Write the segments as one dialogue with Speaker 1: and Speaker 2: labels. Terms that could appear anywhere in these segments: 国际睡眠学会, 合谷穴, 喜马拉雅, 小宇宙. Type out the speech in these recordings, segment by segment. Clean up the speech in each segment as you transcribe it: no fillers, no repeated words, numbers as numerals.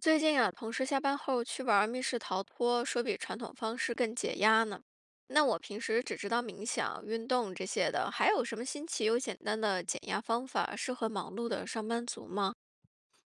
Speaker 1: 最近啊，同事下班后去玩儿密室逃脱，说比传统方式更解压呢。那我平时只知道冥想、运动这些的，还有什么新奇又简单的减压方法适合忙碌的上班族吗？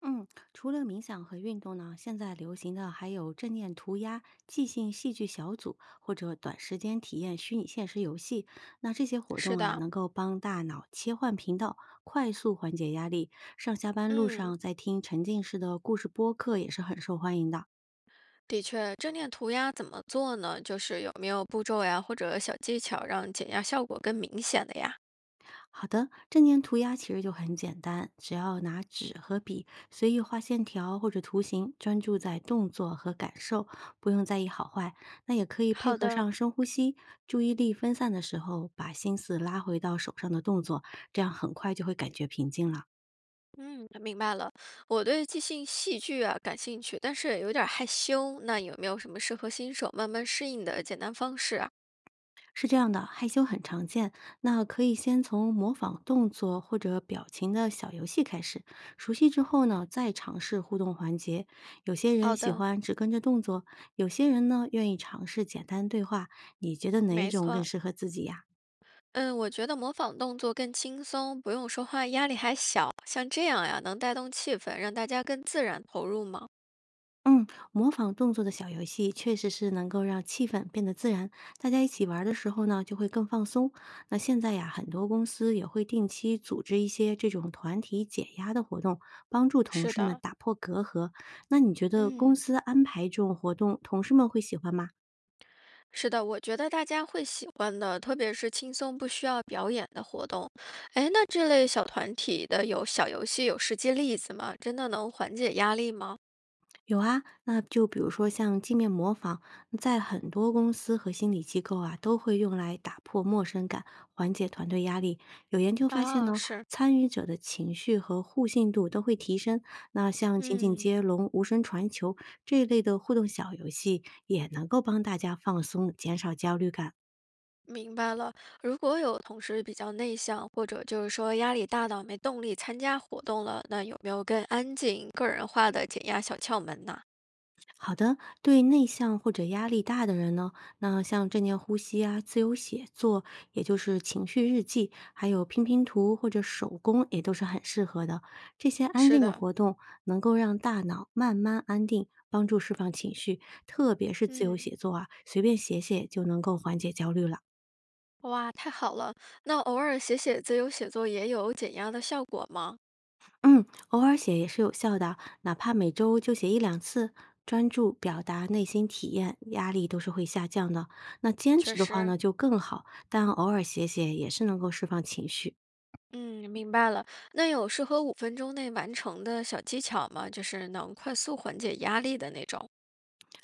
Speaker 2: 嗯，除了冥想和运动呢，现在流行的还有正念涂鸦、即兴戏剧小组或者短时间体验虚拟现实游戏。那这些活
Speaker 1: 是
Speaker 2: 动啊，
Speaker 1: 的，
Speaker 2: 能够帮大脑切换频道，快速缓解压力。上下班路
Speaker 1: 嗯，
Speaker 2: 上在听沉浸式的故事播客也是很受欢迎的。
Speaker 1: 的确，正念涂鸦怎么做呢？就是有没有步骤呀，或者小技巧让减压效果更明显的呀？
Speaker 2: 好的，正念涂鸦其实就很简单，只要拿纸和笔，随意画线条或者图形，专注在动作和感受，不用在意好坏。那也可以配
Speaker 1: 好
Speaker 2: 合
Speaker 1: 的，
Speaker 2: 上深呼吸，注意力分散的时候，把心思拉回到手上的动作，这样很快就会感觉平静了。
Speaker 1: 嗯，明白了。我对即兴戏剧啊感兴趣，但是有点儿害羞。那有没有什么适合新手慢慢适应的简单方式啊？
Speaker 2: 是这样的，害羞很常见，那可以先从模仿动作或者表情的小游戏开始，熟悉之后呢，再尝试互动环节。有些人
Speaker 1: 好
Speaker 2: 喜
Speaker 1: 的，
Speaker 2: 欢只跟着动作，有些人呢愿意尝试简单对话。你觉得哪一
Speaker 1: 没
Speaker 2: 种更
Speaker 1: 错。
Speaker 2: 适合自己呀？
Speaker 1: 嗯，我觉得模仿动作更轻松，不用说话，压力还小。像这样呀，能带动气氛，让大家更自然投入吗？
Speaker 2: 嗯，模仿动作的小游戏确实是能够让气氛变得自然，大家一起玩儿的时候呢，就会更放松。那现在呀，很多公司也会定期组织一些这种团体解压的活动，帮助同
Speaker 1: 是
Speaker 2: 事们
Speaker 1: 的，
Speaker 2: 打破隔阂。那你觉得公
Speaker 1: 嗯，
Speaker 2: 司安排这种活动，同事们会喜欢吗？
Speaker 1: 是的，我觉得大家会喜欢的，特别是轻松不需要表演的活动。哎，那这类小团体的有小游戏，有实际例子吗？真的能缓解压力吗？
Speaker 2: 有啊，那就比如说像镜面模仿，在很多公司和心理机构啊，都会用来打破陌生感，缓解团队压力。有研究发现
Speaker 1: 啊、
Speaker 2: 呢，
Speaker 1: 是。
Speaker 2: 参与者的情绪和互信度都会提升。那像情景
Speaker 1: 嗯。
Speaker 2: 接龙、无声传球这一类的互动小游戏，也能够帮大家放松，减少焦虑感。
Speaker 1: 明白了，如果有同事比较内向，或者就是说压力大到没动力参加活动了，那有没有更安静、个人化的减压小窍门呢？
Speaker 2: 好的，对内向或者压力大的人呢，那像正念呼吸啊、自由写作，也就是情绪日记，还有拼拼图或者手工，也都是很适合的。这些安
Speaker 1: 是
Speaker 2: 静的
Speaker 1: 的，
Speaker 2: 活动能够让大脑慢慢安定，帮助释放情绪，特别是自由写
Speaker 1: 嗯，
Speaker 2: 作啊，随便写写就能够缓解焦虑了。
Speaker 1: 哇，太好了！那偶尔写写自由写作也有减压的效果吗？
Speaker 2: 嗯，偶尔写也是有效的，哪怕每周就写一两次，专注表达内心体验，压力都是会下降的。那坚
Speaker 1: 确
Speaker 2: 持的话
Speaker 1: 实，
Speaker 2: 呢，就更好，但偶尔写写也是能够释放情绪。
Speaker 1: 嗯，明白了。那有适合5分钟内完成的小技巧吗？就是能快速缓解压力的那种。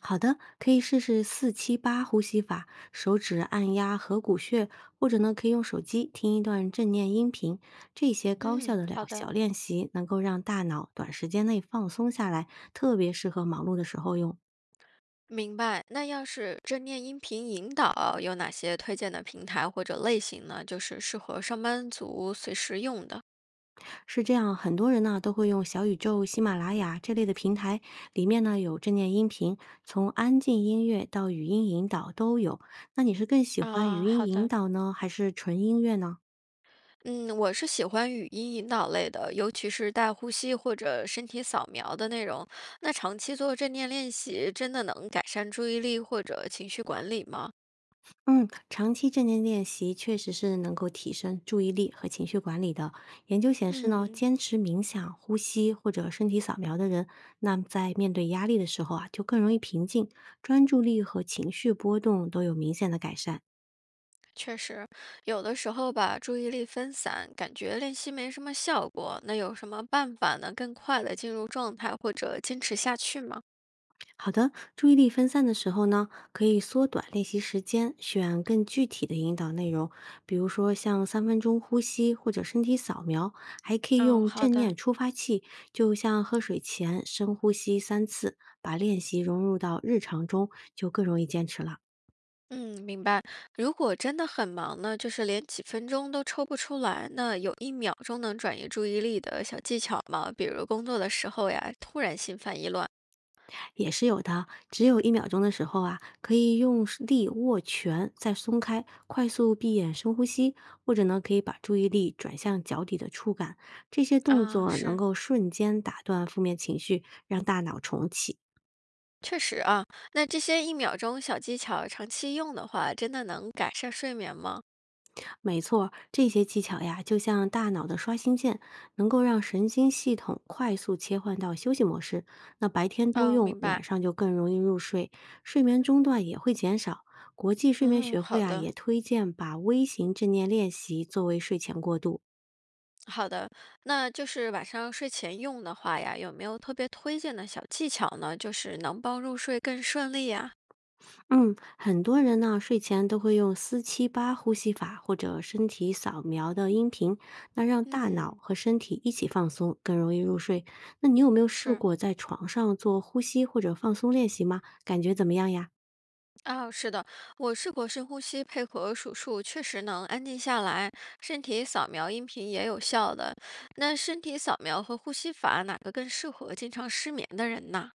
Speaker 2: 好的，可以试试四七八呼吸法，手指按压合谷穴，或者呢，可以用手机听一段正念音频，这些高效
Speaker 1: 嗯，
Speaker 2: 的疗
Speaker 1: 好的。
Speaker 2: 小练习能够让大脑短时间内放松下来，特别适合忙碌的时候用。
Speaker 1: 明白。那要是正念音频引导，有哪些推荐的平台或者类型呢？就是适合上班族随时用的。
Speaker 2: 是这样，很多人呢都会用小宇宙、喜马拉雅这类的平台，里面呢有正念音频，从安静音乐到语音引导都有。那你是更喜欢语
Speaker 1: 啊，
Speaker 2: 音
Speaker 1: 好
Speaker 2: 引
Speaker 1: 的，
Speaker 2: 导呢，还是纯音乐呢？
Speaker 1: 嗯，我是喜欢语音引导类的，尤其是带呼吸或者身体扫描的内容。那长期做正念练习，真的能改善注意力或者情绪管理吗？
Speaker 2: 嗯，长期正念练习确实是能够提升注意力和情绪管理的。研究显示呢，
Speaker 1: 嗯
Speaker 2: 坚持冥想、呼吸或者身体扫描的人，那么在面对压力的时候啊，就更容易平静，专注力和情绪波动都有明显的改善。
Speaker 1: 确实，有的时候吧，注意力分散，感觉练习没什么效果，那有什么办法能更快的进入状态或者坚持下去吗？
Speaker 2: 好的，注意力分散的时候呢，可以缩短练习时间，选更具体的引导内容，比如说像3分钟呼吸或者身体扫描，还可以
Speaker 1: 哦，
Speaker 2: 用
Speaker 1: 好
Speaker 2: 正
Speaker 1: 的，
Speaker 2: 念触发器，就像喝水前深呼吸3次，把练习融入到日常中，就更容易坚持了。
Speaker 1: 嗯，明白。如果真的很忙呢，就是连几分钟都抽不出来，那有一秒钟能转移注意力的小技巧吗？比如工作的时候呀，突然心烦意乱。
Speaker 2: 也是有的。只有1秒钟的时候啊，可以用是力握拳，再松开，快速闭眼深呼吸，或者呢，可以把注意力转向脚底的触感。这些动
Speaker 1: 啊、
Speaker 2: 作能
Speaker 1: 是，
Speaker 2: 够瞬间打断负面情绪，让大脑重启。
Speaker 1: 确实啊，那这些一秒钟小技巧长期用的话，真的能改善睡眠吗？
Speaker 2: 没错儿这些技巧呀，就像大脑的刷新键，能够让神经系统快速切换到休息模式。那白天多
Speaker 1: 哦，
Speaker 2: 用，
Speaker 1: 明
Speaker 2: 晚
Speaker 1: 白，
Speaker 2: 上就更容易入睡，睡眠中断也会减少。国际睡眠
Speaker 1: 嗯，
Speaker 2: 学会
Speaker 1: 好
Speaker 2: 啊，
Speaker 1: 的。
Speaker 2: 也推荐把微型正念练习作为睡前过渡，
Speaker 1: 好的，那就是晚上睡前用的话呀，有没有特别推荐的小技巧呢？就是能帮入睡更顺利呀？
Speaker 2: 嗯，很多人呢睡前都会用四七八呼吸法或者身体扫描的音频，那让大脑
Speaker 1: 嗯，
Speaker 2: 和身体一起放松，更容易入睡。那你有没有试
Speaker 1: 是
Speaker 2: 过在床上做呼吸或者放松练习吗？感觉怎么样呀？
Speaker 1: 啊，是的，我试过深呼吸配合数数，确实能安静下来。身体扫描、音频也有效的。那身体扫描和呼吸法哪个更适合经常失眠的人呢？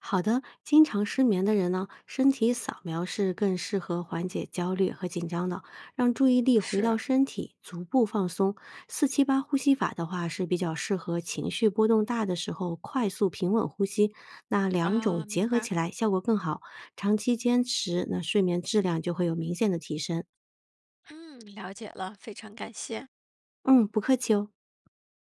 Speaker 2: 好的，经常失眠的人呢，身体扫描是更适合缓解焦虑和紧张的，让注意力回
Speaker 1: 是
Speaker 2: 到身体，逐步放松。四七八呼吸法的话是比较适合情绪波动大的时候快速平稳呼吸，那两种
Speaker 1: 啊，
Speaker 2: 结
Speaker 1: 明
Speaker 2: 合
Speaker 1: 白。
Speaker 2: 起来效果更好。长期坚持，那睡眠质量就会有明显的提升。
Speaker 1: 嗯，了解了，非常感谢。
Speaker 2: 嗯，不客气哦。